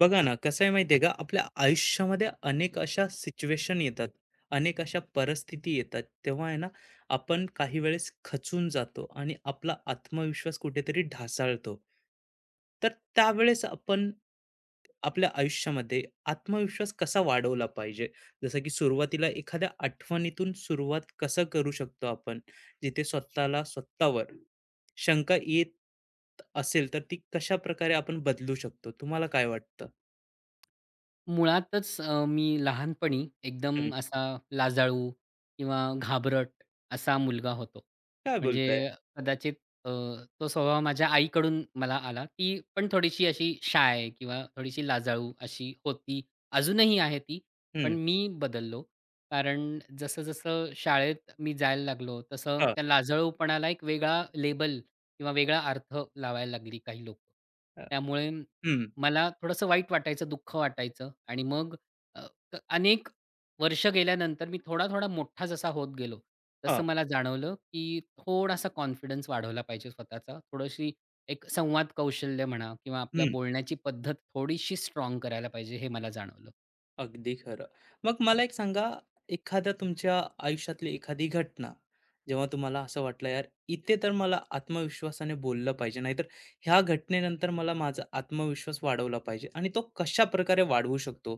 बघा ना, कसं आहे माहिती आहे का, आपल्या आयुष्यामध्ये अनेक अशा सिच्युएशन येतात. अनेक अशा परिस्थिती येतात, तेव्हा आहे ना, आपण काही वेळेस खचून जातो आणि आपला आत्मविश्वास कुठेतरी ढासाळतो. तर त्यावेळेस आपण आपल्या आयुष्यामध्ये आत्मविश्वास कसा वाढवला पाहिजे? जसं की सुरुवातीला एखाद्या आठवणीतून सुरुवात कसं करू शकतो आपण, जिथे स्वतःला स्वतःवर शंका येत असेल तर ती कशा प्रकारे आपण बदलू शकतो? तुम्हाला काय वाटतं? मुळातच मी लहानपणी एकदम हं. असा लाजाळू किंवा घाबरट असा मुलगा होतो. काय म्हणजे बोलताय? कदाचित अ, तो स्वभाव माझ्या आईकडून मला आला. ती पण थोडीशी अशी शाय किंवा थोडीशी लाजाळू अशी होती. अजूनही आहे ती. पण हं. मी बदललो. कारण जसं-जसं शाळेत मी जायला लागलो, तसं हां. त्या लाजाळूपणाला एक वेगळा लेबल किंवा वेगळा अर्थ लावायला लागली काही लोकं. अ, त्यामुळे हं. मला थोडंसं वाईट वाटायचं, दुःख वाटायचं आणि मग अ, अनेक वर्ष गेल्यानंतर मी थोडा-थोडा मोठा जसा होत गेलो, हां. तसं मला जाणवलं, की थोडासा कॉन्फिडन्स वाढवला पाहिजे स्वतःचा. थोडीशी एक संवाद कौशल्य म्हणा किंवा आपल्या हं. बोलण्याची पद्धत थोडीशी स्ट्राँग करायला पाहिजे, हे मला जाणवलं. अगदी खरं. मग मला एक सांगा, एखाद्या तुमच्या आयुष्यातली एखादी घटना, जेव्हा तुम्हाला असं वाटलं, "यार, इथे तर मला आत्मविश्वासाने बोललं पाहिजे, नाहीतर ह्या घटनेनंतर मला माझा आत्मविश्वास वाढवला पाहिजे" आणि तो कशाप्रकारे वाढवू शकतो?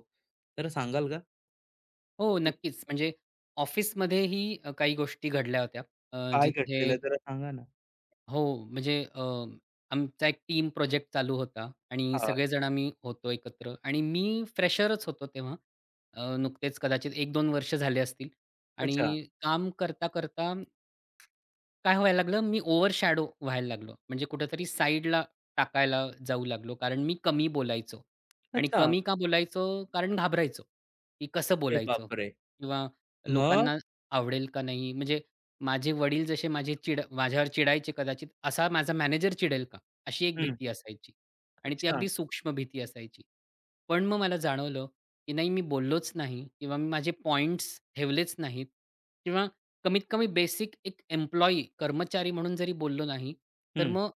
जरा सांगाल का? हो, नक्कीच. म्हणजे ऑफिसमध्येही काही गोष्टी घडल्या होत्या. काय घडलेलं जिथे जरा सांगा ना? हो, म्हणजे आमचा एक टीम प्रोजेक्ट चालू होता आणि हां. सगळेजण आम्ही होतो एकत्र आणि मी फ्रेशरच होतो तेव्हा. नुकतेच कदाचित 1-2 वर्ष झाले असतील अच्छा. आणि काम करता-करता काय व्हायला लागलं, मी ओव्हर शॅडो व्हायला लागलो. म्हणजे कुठेतरी साईडला टाकायला जाऊ लागलो. कारण मी कमी बोलायचो आणि अच्छा. कमी का बोलायचो? कारण घाबरायचो, की कसं अरे बोलायचं बापरे! किंवा मग? लोकांना आवडेल का नाही? म्हणजे माझे वडील जसे माझे चिड माझ्यावर चिडायचे कदाचित, असा माझा मॅनेजर चिडेल का? अशी एक हं. भीती असायची आणि ती अच्छा. अगदी सूक्ष्म भीती असायची. पण मग मला जाणवलं, की नाही मी बोललोच नाही किंवा मी माझे पॉइंट्स ठेवलेच नाहीत किंवा कमीत कमी बेसिक एक एम्प्लॉयी, कर्मचारी म्हणून जरी बोललो नाही, तर हं. मग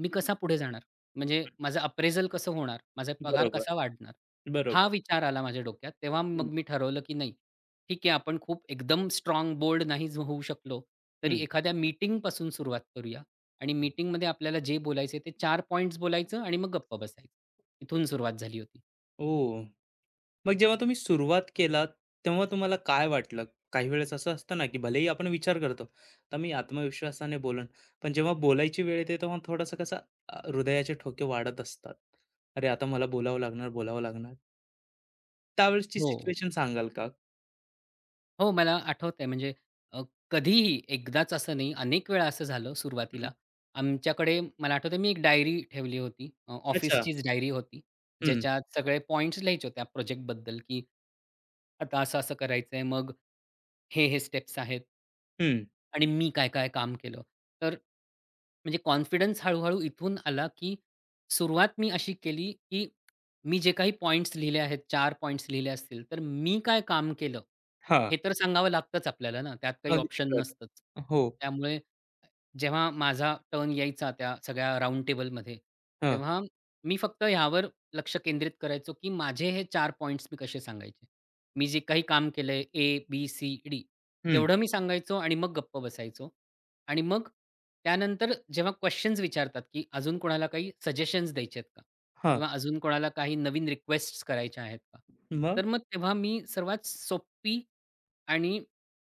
मी कसा पुढे जाणार? म्हणजे माझं अप्रेझल कसं होणार? माझा पगार बरोबर. कसा वाढणार? हा बरोबर. विचार आला माझ्या डोक्यात. तेव्हा हं. मग मी ठरवलं, की नाही ठीक आहे आपण खूप एकदम स्ट्राँग बोल्ड नाही होऊ शकलो, तरी हं. एखाद्या मीटिंगपासून सुरुवात करूया आणि मीटिंगमध्ये आपल्याला जे बोलायचं ते 4 पॉइंट्स बोलायचं आणि मग गप्प बसायचं. इथून सुरुवात झाली होती. ओह! मग जेव्हा तुम्ही सुरुवात केला, तेव्हा तुम्हाला काय वाटलं? काही वेळेस असं असतं ना, की भलेही आपण विचार करतो, आता मी आत्मविश्वासाने बोलन, पण जेव्हा बोलायची वेळ येते, तेव्हा थोडंसं कसं हृदयाचे ठोके वाढत असतात. अरे, आता मला बोलावं लागणार, बोलावं लागणार. त्यावेळेसची हो. सिच्युएशन सांगाल का? हो, मला आठवतंय म्हणजे अ, कधीही एकदाच असं नाही, अनेक वेळा असं झालं हं, सुरुवातीला. आमच्याकडे मला आठवतंय मी एक डायरी ठेवली होती. अच्छा. ऑफिसचीच डायरी होती. हं, ज्याच्यात सगळे पॉइंट्स लिहायचे होते, त्या प्रोजेक्टबद्दल, की आता असं-असं करायचंय. मग हे स्टेप्स आहेत. हं. आणि मी काय-काय काम केलं. तर म्हणजे कॉन्फिडन्स हळू इथून आला, की सुरुवात मी अशी केली, की मी जे काही पॉइंट्स लिहिले आहेत, 4 पॉइंट्स लिहिले असतील, तर मी काय काम केलं, हां. हे तर सांगावं लागतंच आपल्याला ना, त्यात काही अगदी ऑप्शन नसतंच. खरं. हो. त्यामुळे जेव्हा माझा टर्न यायचा त्या सगळ्या राउंड टेबलमध्ये, हां. तेव्हा मी फक्त ह्यावर लक्ष केंद्रित करायचो, की माझे हे 4 पॉइंट्स मी कसे सांगायचे. मी जे काही काम केलंय ABCD हं. तेवढं मी सांगायचो आणि मग गप्प बसायचो. आणि मग त्यानंतर जेव्हा क्वेशन्स विचारतात, की अजून कोणाला काही सजेशन्स द्यायचे आहेत का? हां. किंवा अजून कोणाला काही नवीन रिक्वेस्ट्स करायच्या आहेत का? मग? तर मग तेव्हा मी सर्वात सोपी आणि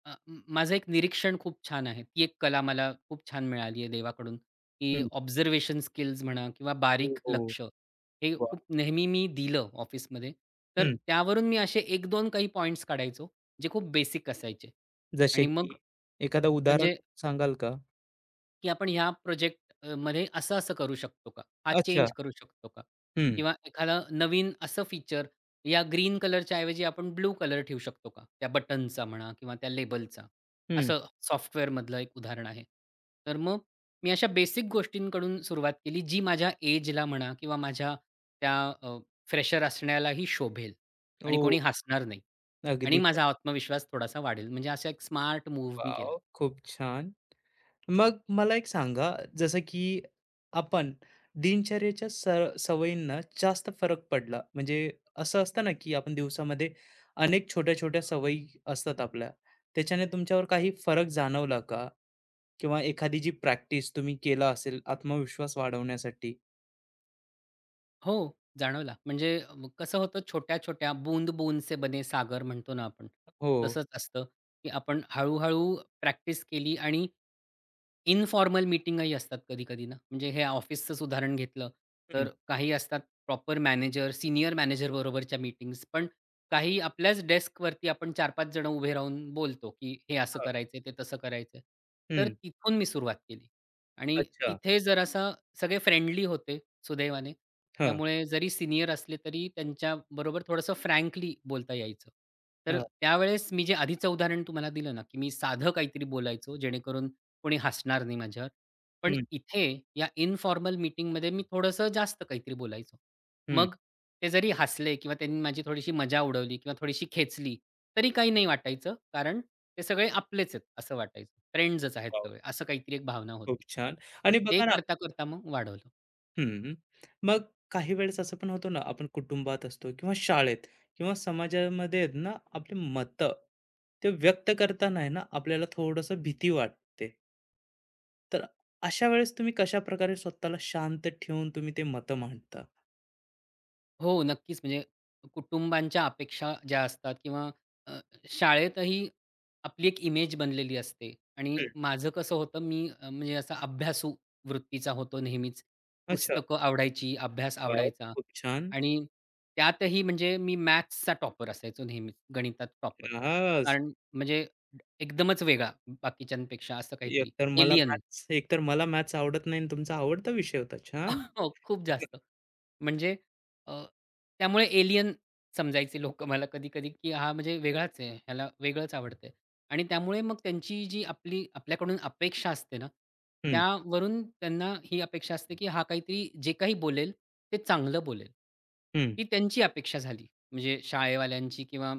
अ, म माझं एक निरीक्षण खूप छान आहे. ती एक कला मला खूप छान मिळाली आहे देवाकडून, की हं. ऑब्झर्वेशन स्किल्स म्हणा किंवा हो, बारीक हो. लक्ष, हे वाह! खूप नेहमी मी दिलं ऑफिसमध्ये. तर हं. त्यावरून मी असे एक दोन काही पॉइंट्स काढायचो, जे खूप बेसिक असायचे जसे आणि मग की एखादं उदाहरण म्हणजे सांगाल का? की आपण ह्या प्रोजेक्ट मध्ये असं-असं करू शकतो का? हा अच्छा. चेंज करू शकतो का? हं, किंवा एखादा नवीन असं फीचर या ग्रीन कलरच्या ऐवजी आपण ब्लू कलर ठेवू शकतो का? त्या बटनचा म्हणा किंवा त्या लेबलचा. हं. असं सॉफ्टवेअरमधलं एक उदाहरण आहे. तर मग मी अशा बेसिक गोष्टींकडून सुरुवात केली, जी माझ्या एजला म्हणा किंवा माझ्या त्या अ, फ्रेशर असण्यालाही शोभेल आणि ओह! कोणी हसणार नाही आणि अगदी माझा खरं. आत्मविश्वास थोडासा वाढेल. म्हणजे असा एक स्मार्ट मूव्ह मी केला. वॉव! खूप छान. मग मला एक सांगा, जसं की आपण दिनचर्येच्या स सवयींना जास्त फरक पडला, म्हणजे असं असतं ना, की आपण दिवसामध्ये अनेक छोट्या-छोट्या सवयी असतात आपल्या. त्याच्याने तुमच्यावर काही फरक जाणवला का? किंवा एखादी जी प्रॅक्टिस तुम्ही केला असेल आत्मविश्वास वाढवण्यासाठी? हो, जाणवला. म्हणजे कसं होतं छोट्या-छोट्या बूंद बूंद से बने सागर म्हणतो ना आपण, हो. तसंच असतं, की आपण हळू-हळू प्रॅक्टिस केली आणि इन्फॉर्मल मीटिंगही असतात कधी-कधी ना, म्हणजे हे ऑफिसचंच उदाहरण घेतलं, हं, तर काही असतात प्रॉपर मॅनेजर, सीनियर मॅनेजर बरोबरच्या मीटिंग्ज. पण काही आपल्याच डेस्कवरती आपण 4-5 जण उभे राहून बोलतो, की हे असं हां, करायचंय, ते तसं करायचंय. तर हं. तिथून मी सुरुवात केली आणि अच्छा. तिथे जरासा सगळे फ्रेंडली होते सुदैवाने. हां, त्यामुळे जरी सीनियर असले तरी त्यांच्याबरोबर थोडंसं फ्रँकली बोलता यायचं. तर हां. त्यावेळेस मी जे आधीचं उदाहरण तुम्हाला दिलं ना, की मी साधं काहीतरी बोलायचो जेणेकरून कोणी हसणार नाही माझ्यावर. पण हं, इथे या इन्फॉर्मल मीटिंगमध्ये मी थोडंसं जास्त काहीतरी बोलायचो. हं. मग ते जरी हसले किंवा त्यांनी माझी थोडीशी मजा उडवली किंवा थोडीशी खेचली, तरी काही नाही वाटायचं. कारण ते सगळे आपलेच आहेत असं वाटायचं. फ्रेंड्सच आहेत वॉव! सगळे. असं काहीतरी एक भावना खूप होती. छान. तर आणि ते बघा ना. करता-करता मग वाढवलं. हं. मग काही वेळेस असं पण होतं ना, आपण कुटुंबात असतो किंवा शाळेत किंवा समाजामध्ये आहेत ना, आपली मतं ते व्यक्त करताना आहे ना, आपल्याला थोडंसं भीती वाटते. तर अशा वेळेस तुम्ही कशाप्रकारे स्वतःला शांत ठेवून तुम्ही ते मतं मांडता? हो, नक्कीच. म्हणजे कुटुंबांच्या अपेक्षा ज्या असतात किंवा अ, शाळेतही आपली एक इमेज बनलेली असते आणि हं. माझं कसं होतं, मी म्हणजे असा अभ्यासू वृत्तीचा होतो नेहमीच. अच्छा. पुस्तकं आवडायची, अभ्यास वॉव! आवडायचा खूप छान. आणि त्यातही म्हणजे मी मॅथ्सचा टॉपर असायचो नेहमीच, गणितात टॉपर. हां, कारण म्हणजे एकदमच वेगळा बाकीच्यांपेक्षा असं काहीतरी, एलियन. एकतर मला मॅथ्स आवडत नाही आणि तुमचा आवडता विषय होता. छान. हो, खूप जास्त. म्हणजे अ, त्यामुळे एलियन समजायचे लोकं मला कधी-कधी, की हा म्हणजे वेगळाच आहे, ह्याला वेगळंच आवडतंय. आणि त्यामुळे मग त्यांची जी आपली आपल्याकडून अपेक्षा असते ना, हं, त्यावरून त्यांना ही अपेक्षा असते, की हा काहीतरी जे काही बोलेल, ते चांगलं बोलेल. हं, ही त्यांची अपेक्षा झाली. म्हणजे शाळेवाल्यांची किंवा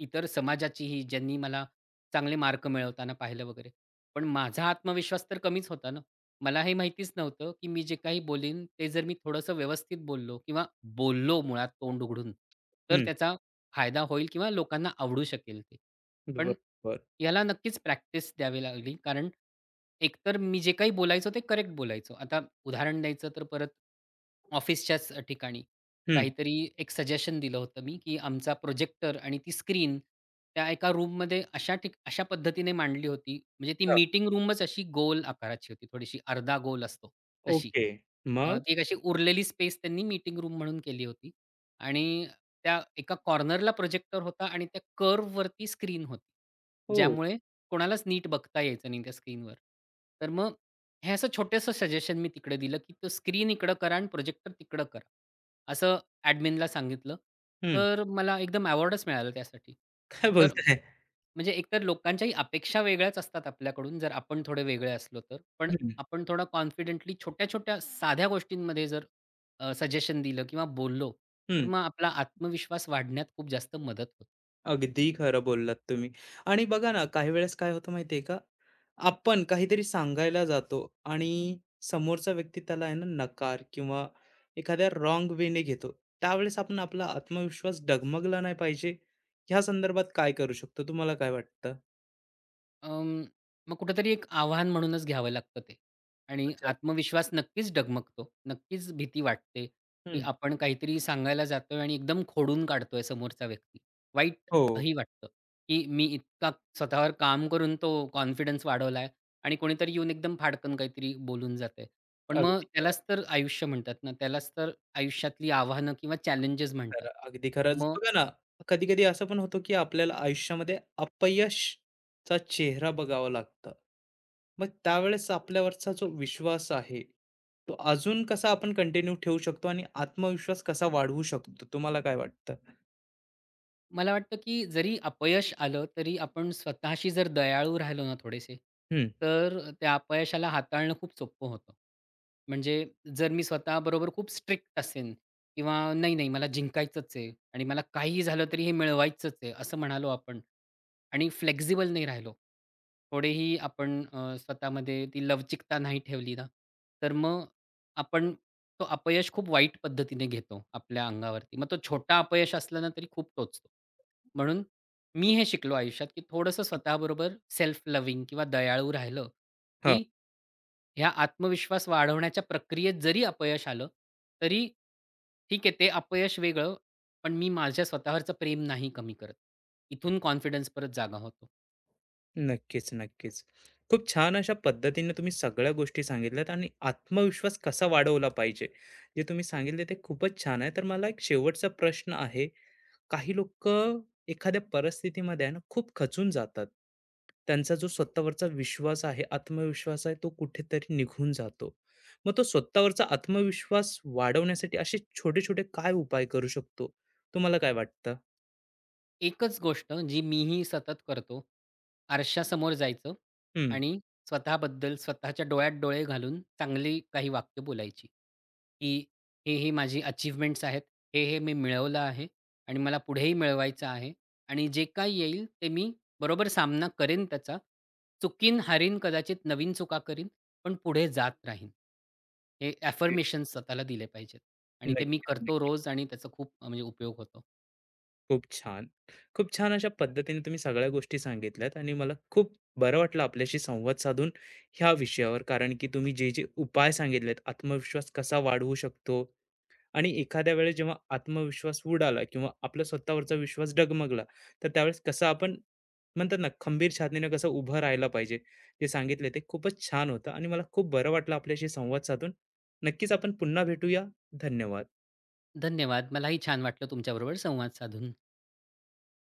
इतर समाजाचीही, ज्यांनी मला चांगले मार्क मिळवताना पाहिलं वगैरे. पण माझा आत्मविश्वास तर कमीच होता ना. मला हे माहितीच नव्हतं, की मी जे काही बोलीन ते जर मी थोडंसं व्यवस्थित बोललो किंवा बोललो मुळात तोंड उघडून, तर हं. त्याचा फायदा होईल किंवा लोकांना आवडू शकेल ते. पण बरोबर. याला नक्कीच प्रॅक्टिस द्यावी लागली. कारण एकतर मी जे काही बोलायचो ते करेक्ट बोलायचो. आता उदाहरण द्यायचं तर परत ऑफिसच्याच ठिकाणी हं. काहीतरी एक सजेशन दिलं होतं मी, की आमचा प्रोजेक्टर आणि ती स्क्रीन त्या एका रूममध्ये अशा पद्धतीने मांडली होती, म्हणजे ती हां. मीटिंग रूमच अशी गोल आकाराची होती, थोडीशी अर्धा गोल असतो तशी. ओके. मग? ती एक अशी उरलेली स्पेस त्यांनी मीटिंग रूम म्हणून केली होती आणि त्या एका कॉर्नरला प्रोजेक्टर होता आणि त्या कर्व्हवरती स्क्रीन होती. हो. ज्यामुळे कोणालाच नीट बघता यायचं नाही त्या स्क्रीनवर. तर मग हे असं छोटंसं सजेशन मी तिकडे दिलं, की "तो स्क्रीन इकडं करा आणि प्रोजेक्टर तिकडं करा." असं ॲडमिनला सांगितलं, हं. तर मला एकदम अवॉर्डच मिळाला त्यासाठी. काय तर बोलताय? म्हणजे एकतर लोकांच्याही अपेक्षा वेगळ्याच असतात आपल्याकडून, जर आपण थोडे वेगळे असलो तर. पण हं, आपण थोडं कॉन्फिडेंटली छोट्या-छोट्या साध्या गोष्टींमध्ये जर सजेशन दिलं किंवा बोललो, तर हं. मग आपला आत्मविश्वास वाढण्यात खूप जास्त मदत होते. अगदी खरं बोललात तुम्ही. आणि बघा ना, काही वेळेस काय होतं माहिती आहे का? आपण काहीतरी सांगायला जातो आणि समोरचा व्यक्ती त्याला आहे ना नकार किंवा एखाद्या रॉंग वेने घेतो. त्यावेळेस आपण आपला आत्मविश्वास डगमगला नाही पाहिजे. ह्या संदर्भात काय करू शकतो? तुम्हाला काय वाटतं? अं, मग कुठेतरी एक आव्हान म्हणूनच घ्यावं लागतं ते आणि अच्छा. आत्मविश्वास नक्कीच डगमगतो. नक्कीच भीती वाटते, की हं. आपण काहीतरी सांगायला जातोय आणि एकदम खोडून काढतोय समोरचा व्यक्ती. हो. वाईटही वाटतं, की मी इतका स्वतःवर काम करून तो कॉन्फिडन्स वाढवलाय आणि कोणीतरी येऊन एकदम फाडकन काहीतरी बोलून जातंय. पण मग अगदी खरं. त्यालाच तर आयुष्य म्हणतात ना, त्यालाच तर आयुष्यातली आव्हानं किंवा चॅलेंजेस म्हणतात. खरं, अगदी खरंच. बघा ना, कधी-कधी असं पण होतं, की आपल्याला आयुष्यामध्ये अपयशचा चेहरा बघावा लागतं. मग त्यावेळेस आपल्यावरचा जो विश्वास आहे, तो अजून कसा आपण कंटिन्यू ठेवू शकतो आणि आत्मविश्वास कसा वाढवू शकतो? तुम्हाला काय वाटतं? मला वाटतं, की जरी अपयश आलं, तरी आपण स्वतःशी जर दयाळू राहिलो ना थोडेसे, हं, तर त्या अपयशाला हाताळणं खूप सोपं होतं. म्हणजे जर मी स्वतःबरोबर खूप स्ट्रिक्ट असेन किंवा "नाही, नाही मला जिंकायचंच आहे आणि मला काहीही झालं तरी हे मिळवायचंच आहे," असं म्हणालो आपण आणि फ्लेक्सिबल नाही राहिलो, थोडेही आपण स्वतःमध्ये ती लवचिकता नाही ठेवली ना, तर मग आपण तो अपयश खूप वाईट पद्धतीने घेतो आपल्या अंगावरती. मग तो छोटा अपयश असला ना तरी खूप टोचतो. म्हणून मी हे शिकलो आयुष्यात, की थोडंसं स्वतःबरोबर सेल्फ लव्हिंग किंवा दयाळू राहिलं, की ह्या आत्मविश्वास वाढवण्याच्या प्रक्रियेत जरी अपयश आलं, तरी ठीक आहे ते अपयश वेगळं, पण मी माझ्या स्वतःवरचं प्रेम नाही कमी करत. इथून कॉन्फिडन्स परत जागा होतो. नक्कीच, नक्कीच. खूप छान अशा पद्धतीने तुम्ही सगळ्या गोष्टी सांगितल्यात आणि आत्मविश्वास कसा वाढवला पाहिजे, जे तुम्ही सांगितले ते खूपच छान आहे. तर मला एक शेवटचा प्रश्न आहे. काही लोक एखाद्या परिस्थितीमध्ये आहे ना, खूप खचून जातात. त्यांचा जो स्वतःवरचा विश्वास आहे, आत्मविश्वास आहे, तो कुठेतरी निघून जातो. मग तो स्वतःवरचा आत्मविश्वास वाढवण्यासाठी असे छोटे-छोटे काय उपाय करू शकतो? तुम्हाला काय वाटतं? एकच गोष्ट जी मीही सतत करतो, आरशासमोर जायचं हं. आणि स्वतःबद्दल स्वतःच्या डोळ्यात डोळे घालून चांगली काही वाक्य बोलायची, की "हे माझी अचीव्हमेंट्स आहेत. हे मी मिळवलं आहे आणि मला पुढेही मिळवायचं आहे आणि जे काही येईल ते मी बरोबर सामना करेन त्याचा. चुकीन, हारीन, कदाचित नवीन चुका करीन, पण पुढे जात राहीन." हे अफर्मेशन्स स्वतःला दिले पाहिजेत आणि ते मी नक्कीच. करतो रोज आणि त्याचा खूप म्हणजे उपयोग होतो. खूप छान. खूप छान अशा पद्धतीने तुम्ही सगळ्या गोष्टी सांगितल्यात आणि मला खूप बरं वाटलं आपल्याशी संवाद साधून ह्या विषयावर. कारण की तुम्ही जे जे उपाय सांगितलेत, आत्मविश्वास कसा वाढवू शकतो आणि एखाद्या वेळेस जेव्हा आत्मविश्वास उडाला किंवा आपला स्वतःवरचा विश्वास डगमगला, तर त्यावेळेस कसं आपण म्हणतात ना, खंबीर छातीने कसं उभं राहायला पाहिजे, ते सांगितले ते खूपच छान होतं आणि मला खूप बरं वाटलं आपल्याशी संवाद साधून. नक्कीच आपण पुन्हा भेटूया. धन्यवाद. धन्यवाद. मलाही छान वाटलं तुमच्याबरोबर संवाद साधून.